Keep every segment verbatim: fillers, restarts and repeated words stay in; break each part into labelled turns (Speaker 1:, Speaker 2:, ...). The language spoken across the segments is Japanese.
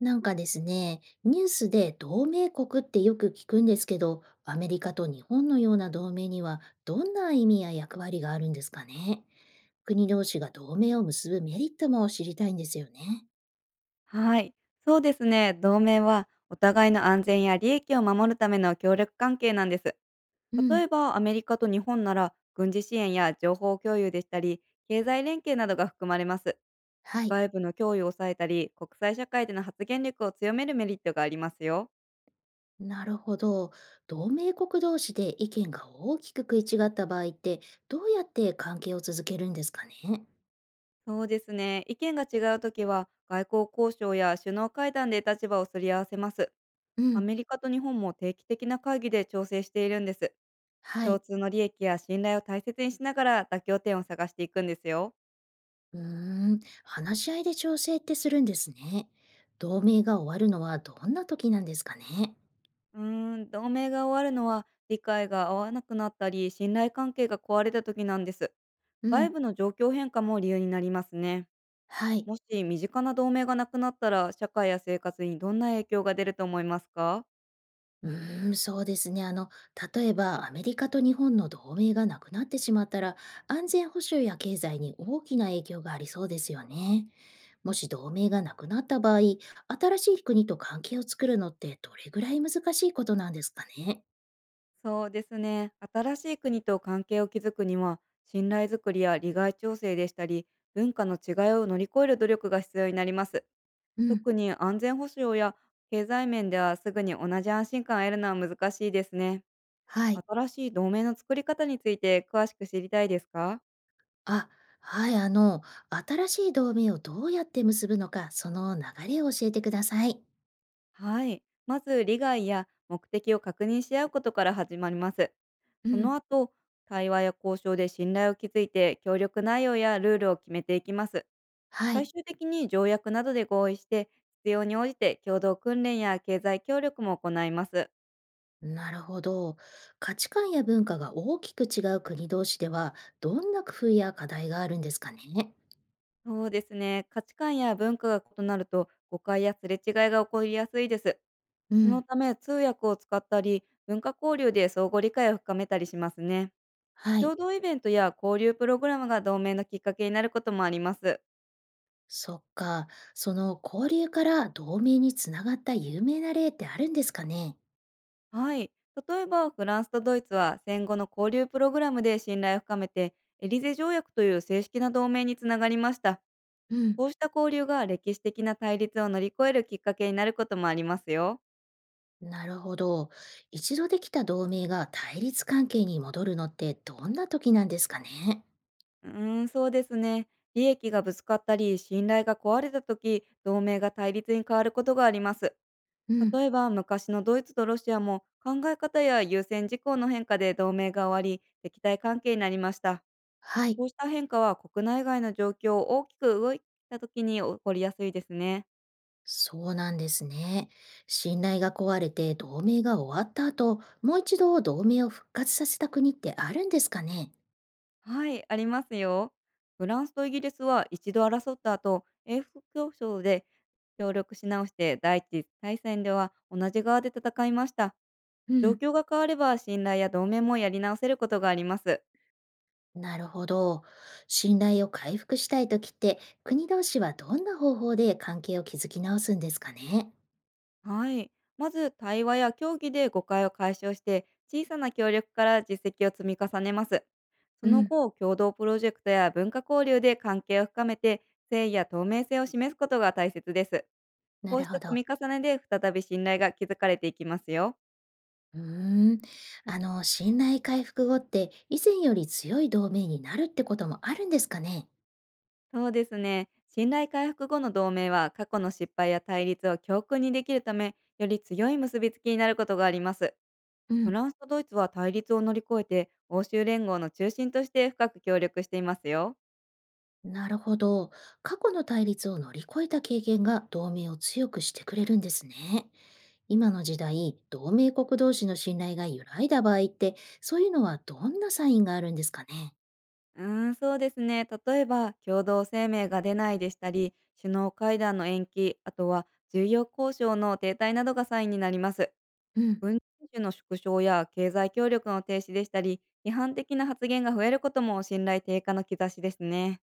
Speaker 1: なんかですね、ニュースで同盟国ってよく聞くんですけど、アメリカと日本のような同盟にはどんな意味や役割があるんですかね。国同士が同盟を結ぶメリットも知りたいんですよね。
Speaker 2: はい、そうですね。同盟はお互いの安全や利益を守るための協力関係なんです。
Speaker 1: う
Speaker 2: 例
Speaker 1: ん。
Speaker 2: えばアメリカと日本なら軍事支援や情報共有でしたり、経済連携などが含まれます。
Speaker 1: はい。
Speaker 2: 外部の脅威を抑えたり、国際社会での発言力を強めるメリットがありますよ。
Speaker 1: なるほど。同盟国同士で意見が大きく食い違った場合って、どうやって関係を続けるんですかね。
Speaker 2: そうですね。意見が違うときは外交交渉や首脳会談で立場をすり合わせます。
Speaker 1: う
Speaker 2: ア
Speaker 1: ん。
Speaker 2: メリカと日本も定期的な会議で調整しているんです。
Speaker 1: は
Speaker 2: 共
Speaker 1: い。
Speaker 2: 通の利益や信頼を大切にしながら妥協点を探していくんですよ。
Speaker 1: うーん、話し合いで調整ってするんですね。同盟が終わるのはどんな時なんですかね。
Speaker 2: うーん、同盟が終わるのは、理解が合わなくなったり、信頼関係が壊れた時なんです。
Speaker 1: う
Speaker 2: 外
Speaker 1: ん。
Speaker 2: 部の状況変化も理由になりますね。
Speaker 1: はい。
Speaker 2: もし身近な同盟がなくなったら、社会や生活にどんな影響が出ると思いますか？
Speaker 1: うーん、そうですね。あの、例えばアメリカと日本の同盟がなくなってしまったら、安全保障や経済に大きな影響がありそうですよね。もし同盟がなくなった場合、新しい国と関係を作るのってどれぐらい難しいことなんですかね。
Speaker 2: そうですね。新しい国と関係を築くには、信頼づくりや利害調整でしたり、文化の違いを乗り越える努力が必要になります。
Speaker 1: うん。
Speaker 2: 特に安全保障や経済面では、すぐに同じ安心感を得るのは難しいですね。
Speaker 1: はい。
Speaker 2: 新しい同盟の作り方について詳しく知りたいですか？
Speaker 1: あ、はい、あの、新しい同盟をどうやって結ぶのか、その流れを教えてください。
Speaker 2: はい。まず利害や目的を確認し合うことから始まります。
Speaker 1: う
Speaker 2: そ
Speaker 1: ん。
Speaker 2: の後、対話や交渉で信頼を築いて、協力内容やルールを決めていきます。
Speaker 1: は
Speaker 2: 最
Speaker 1: い。
Speaker 2: 終的に条約などで合意して、必要に応じて共同訓練や経済協力も行います。
Speaker 1: なるほど。価値観や文化が大きく違う国同士では、どんな工夫や課題があるんですかね。
Speaker 2: そうですね。価値観や文化が異なると、誤解やすれ違いが起こりやすいです。
Speaker 1: う
Speaker 2: その
Speaker 1: ん。
Speaker 2: ため通訳を使ったり、文化交流で相互理解を深めたりしますね。
Speaker 1: はい。
Speaker 2: 共同イベントや交流プログラムが同盟のきっかけになることもあります。
Speaker 1: そっか。その交流から同盟につながった有名な例ってあるんですかね。
Speaker 2: はい。例えばフランスとドイツは戦後の交流プログラムで信頼を深めて、エリゼ条約という正式な同盟につながりました。
Speaker 1: うん。
Speaker 2: こうした交流が歴史的な対立を乗り越えるきっかけになることもありますよ。
Speaker 1: なるほど。一度できた同盟が対立関係に戻るのってどんな時なんですかね。
Speaker 2: うーん、そうですね。利益がぶつかったり、信頼が壊れた時、同盟が対立に変わることがあります。
Speaker 1: うん。
Speaker 2: 例えば、昔のドイツとロシアも、考え方や優先事項の変化で同盟が終わり、敵対関係になりました。
Speaker 1: はい。
Speaker 2: こうした変化は、国内外の状況を大きく動いた時に起こりやすいですね。
Speaker 1: そうなんですね。信頼が壊れて同盟が終わった後、もう一度同盟を復活させた国ってあるんですかね。
Speaker 2: はい、ありますよ。フランスとイギリスは一度争った後、英仏競争で協力し直して、第一次大戦では同じ側で戦いました。
Speaker 1: う
Speaker 2: 状
Speaker 1: ん。
Speaker 2: 況が変われば、信頼や同盟もやり直せることがあります。
Speaker 1: なるほど。信頼を回復したい時って、国同士はどんな方法で関係を築き直すんですかね。
Speaker 2: はい。まず対話や協議で誤解を解消して、小さな協力から実績を積み重ねます。そ
Speaker 1: う
Speaker 2: の
Speaker 1: ん。
Speaker 2: 後、共同プロジェクトや文化交流で関係を深めて、誠意や透明性を示すことが大切です。
Speaker 1: な
Speaker 2: こう
Speaker 1: る
Speaker 2: し
Speaker 1: ほ
Speaker 2: た積
Speaker 1: ど。
Speaker 2: み重ねで、再び信頼が築かれていきますよ。
Speaker 1: うーん。あの、信頼回復後って、以前より強い同盟になるってこともあるんですかね。
Speaker 2: そうですね。信頼回復後の同盟は、過去の失敗や対立を教訓にできるため、より強い結びつきになることがあります。
Speaker 1: う
Speaker 2: フ
Speaker 1: ん。
Speaker 2: ランスとドイツは対立を乗り越えて、欧州連合の中心として深く協力していますよ。
Speaker 1: なるほど。過去の対立を乗り越えた経験が同盟を強くしてくれるんですね。今の時代、同盟国同士の信頼が揺らいだ場合って、そういうのはどんなサインがあるんですかね。
Speaker 2: うーん、そうですね。例えば、共同声明が出ないでしたり、首脳会談の延期、あとは重要交渉の停滞などがサインになります。
Speaker 1: うん。
Speaker 2: 軍事演習の縮小や経済協力の停止でしたり、批判的な発言が増えることも、信頼低下の兆しですね。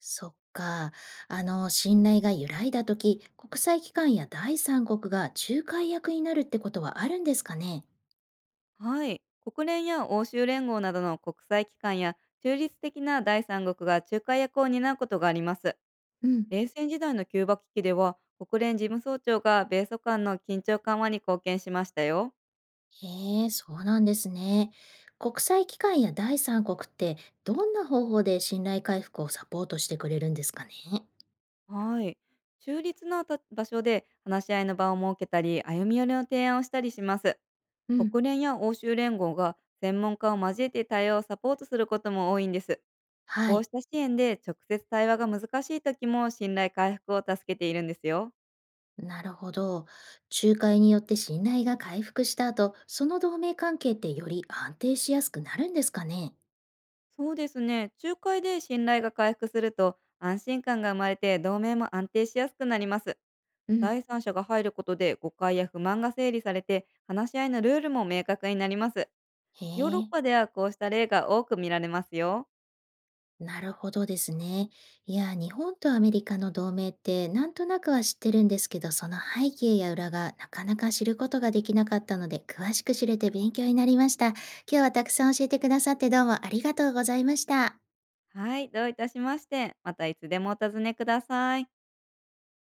Speaker 1: そっか。あの、信頼が揺らいだとき、国際機関や第三国が仲介役になるってことはあるんですかね。
Speaker 2: はい。国連や欧州連合などの国際機関や、中立的な第三国が仲介役を担うことがあります。
Speaker 1: うん。
Speaker 2: 冷戦時代のキューバ危機では、国連事務総長が米ソ間の緊張緩和に貢献しましたよ。
Speaker 1: へえ、そうなんですね。国際機関や第三国ってどんな方法で信頼回復をサポートしてくれるんですかね。
Speaker 2: はい。中立なた場所で話し合いの場を設けたり、歩み寄りの提案をしたりします。
Speaker 1: うん。
Speaker 2: 国連や欧州連合が専門家を交えて対応をサポートすることも多いんです。
Speaker 1: は
Speaker 2: こう
Speaker 1: い。
Speaker 2: した支援で、直接対話が難しい時も信頼回復を助けているんですよ。
Speaker 1: なるほど。仲介によって信頼が回復した後、その同盟関係ってより安定しやすくなるんですかね。
Speaker 2: そうですね。仲介で信頼が回復すると、安心感が生まれて同盟も安定しやすくなります。
Speaker 1: うん。
Speaker 2: 第三者が入ることで、誤解や不満が整理されて、話し合いのルールも明確になります。
Speaker 1: へ
Speaker 2: ヨーロッ
Speaker 1: え。
Speaker 2: パでは、こうした例が多く見られますよ。
Speaker 1: なるほどですね。いや、日本とアメリカの同盟ってなんとなくは知ってるんですけど、その背景や裏がなかなか知ることができなかったので、詳しく知れて勉強になりました。今日はたくさん教えてくださってどうもありがとうございました。
Speaker 2: はい、どういたしまして。またいつでもお尋ねください。